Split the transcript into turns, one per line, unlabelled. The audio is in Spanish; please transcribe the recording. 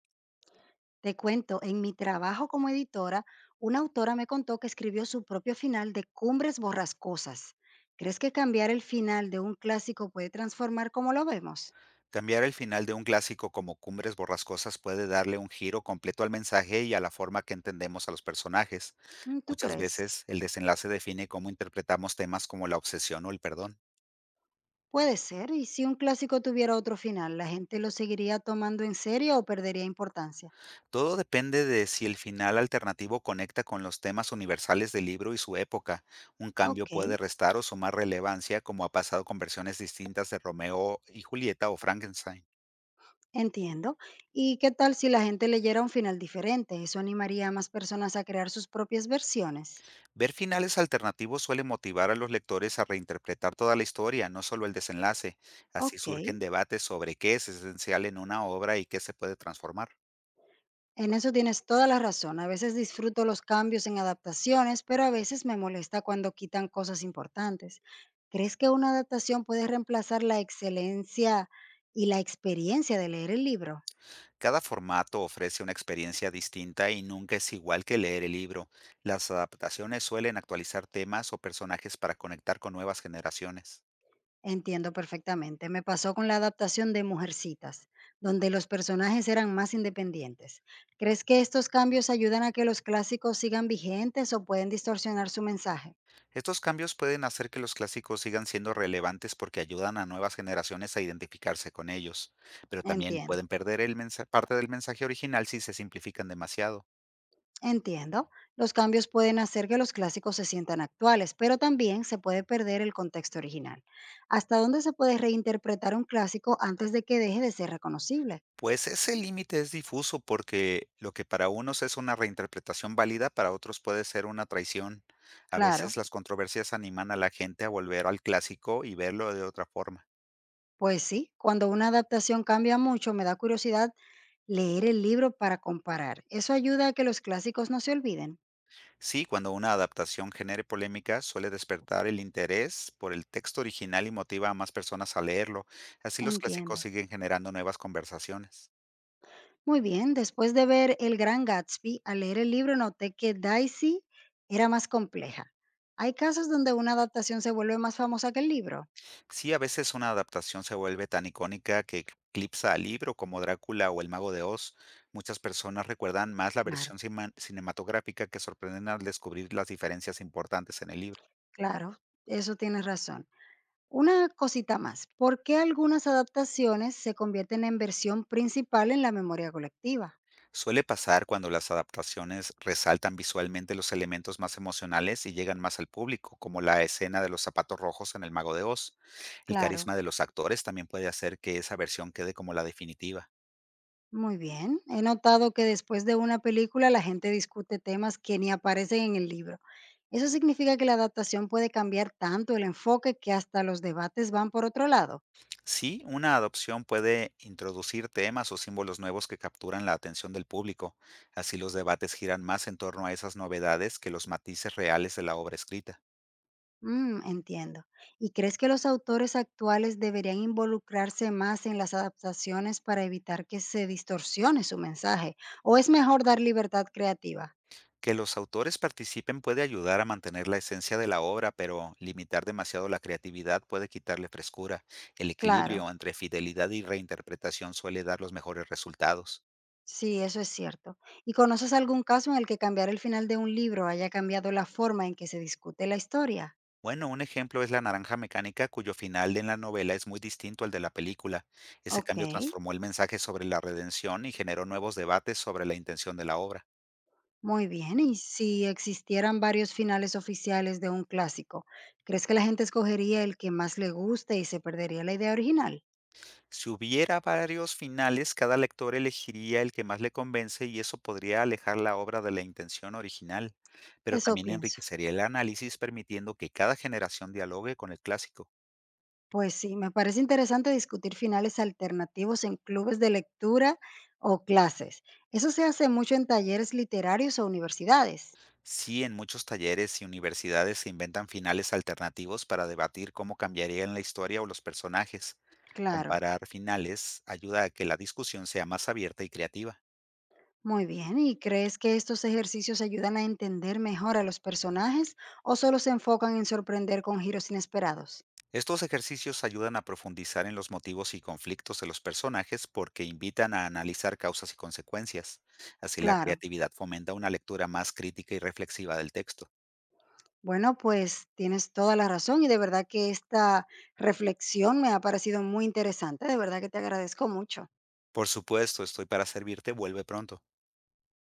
Te cuento, en mi trabajo como editora, una autora me contó que escribió su propio final de Cumbres Borrascosas. ¿Crees que cambiar el final de un clásico puede transformar como lo vemos?
Cambiar el final de un clásico como Cumbres Borrascosas puede darle un giro completo al mensaje y a la forma que entendemos a los personajes.
Mm, ¿tú
Muchas
crees?
veces el desenlace define cómo interpretamos temas como la obsesión o el perdón.
Puede ser, y si un clásico tuviera otro final, ¿la gente lo seguiría tomando en serio o perdería importancia?
Todo depende de si el final alternativo conecta con los temas universales del libro y su época. Un cambio
Ok,
puede restar o sumar relevancia como ha pasado con versiones distintas de Romeo y Julieta o Frankenstein.
entiendo. ¿Y qué tal si la gente leyera un final diferente? ¿Eso animaría a más personas a crear sus propias versiones?
Ver finales alternativos suele motivar a los lectores a reinterpretar toda la historia, no solo el desenlace. Así
Ok,
surgen debates sobre qué es esencial en una obra y qué se puede transformar.
en eso tienes toda la razón. A veces disfruto los cambios en adaptaciones, pero a veces me molesta cuando quitan cosas importantes. ¿Crees que una adaptación puede reemplazar la excelencia y la experiencia de leer el libro?
Cada formato ofrece una experiencia distinta y nunca es igual que leer el libro. Las adaptaciones suelen actualizar temas o personajes para conectar con nuevas generaciones.
Entiendo perfectamente. Me pasó con la adaptación de Mujercitas, donde los personajes eran más independientes. ¿Crees que estos cambios ayudan a que los clásicos sigan vigentes o pueden distorsionar su mensaje?
Estos cambios pueden hacer que los clásicos sigan siendo relevantes porque ayudan a nuevas generaciones a identificarse con ellos, pero también
Entiendo.
pueden perder el parte del mensaje original si se simplifican demasiado.
Entiendo. Los cambios pueden hacer que los clásicos se sientan actuales, pero también se puede perder el contexto original. ¿Hasta dónde se puede reinterpretar un clásico antes de que deje de ser reconocible?
Pues ese límite es difuso porque lo que para unos es una reinterpretación válida, para otros puede ser una traición. A
Claro,
veces las controversias animan a la gente a volver al clásico y verlo de otra forma.
pues sí, cuando una adaptación cambia mucho, me da curiosidad leer el libro para comparar. Eso ayuda a que los clásicos no se olviden.
Sí, cuando una adaptación genere polémica, suele despertar el interés por el texto original y motiva a más personas a leerlo. Así los clásicos
Entiendo.
siguen generando nuevas conversaciones.
Muy bien, después de ver El Gran Gatsby, al leer el libro noté que Daisy era más compleja. ¿Hay casos donde una adaptación se vuelve más famosa que el libro?
Sí, a veces una adaptación se vuelve tan icónica que eclipsa al libro, como Drácula o El Mago de Oz. Muchas personas recuerdan más la
Claro,
versión cinematográfica, que sorprenden al descubrir las diferencias importantes en el libro.
claro, eso tienes razón. Una cosita más, ¿por qué algunas adaptaciones se convierten en versión principal en la memoria colectiva?
Suele pasar cuando las adaptaciones resaltan visualmente los elementos más emocionales y llegan más al público, como la escena de los zapatos rojos en El Mago de Oz. El
Claro,
carisma de los actores también puede hacer que esa versión quede como la definitiva.
muy bien. He notado que después de una película la gente discute temas que ni aparecen en el libro. Eso significa que la adaptación puede cambiar tanto el enfoque que hasta los debates van por otro lado.
Sí, una adopción puede introducir temas o símbolos nuevos que capturan la atención del público. Así los debates giran más en torno a esas novedades que los matices reales de la obra escrita.
Mm, entiendo. ¿Y crees que los autores actuales deberían involucrarse más en las adaptaciones para evitar que se distorsione su mensaje? ¿O es mejor dar libertad creativa?
Que los autores participen puede ayudar a mantener la esencia de la obra, pero limitar demasiado la creatividad puede quitarle frescura. El
Claro,
equilibrio entre fidelidad y reinterpretación suele dar los mejores resultados.
sí, eso es cierto. ¿Y conoces algún caso en el que cambiar el final de un libro haya cambiado la forma en que se discute la historia?
Bueno, un ejemplo es La Naranja Mecánica, cuyo final en la novela es muy distinto al de la película. Ese
Ok,
cambio transformó el mensaje sobre la redención y generó nuevos debates sobre la intención de la obra.
muy bien. ¿Y si existieran varios finales oficiales de un clásico, crees que la gente escogería el que más le guste y se perdería la idea original?
Si hubiera varios finales, cada lector elegiría el que más le convence y eso podría alejar la obra de la intención original, pero
Eso
también
pienso.
enriquecería el análisis, permitiendo que cada generación dialogue con el clásico.
Pues sí, me parece interesante discutir finales alternativos en clubes de lectura o clases. Eso se hace mucho en talleres literarios o universidades.
Sí, en muchos talleres y universidades se inventan finales alternativos para debatir cómo cambiarían la historia o los personajes.
Claro,
Comparar finales ayuda a que la discusión sea más abierta y creativa.
muy bien. ¿Y crees que estos ejercicios ayudan a entender mejor a los personajes o solo se enfocan en sorprender con giros inesperados?
Estos ejercicios ayudan a profundizar en los motivos y conflictos de los personajes porque invitan a analizar causas y consecuencias. Así la
Claro.
creatividad fomenta una lectura más crítica y reflexiva del texto.
Bueno, pues tienes toda la razón y de verdad que esta reflexión me ha parecido muy interesante. De verdad que te agradezco mucho.
Por supuesto, estoy para servirte, vuelve pronto.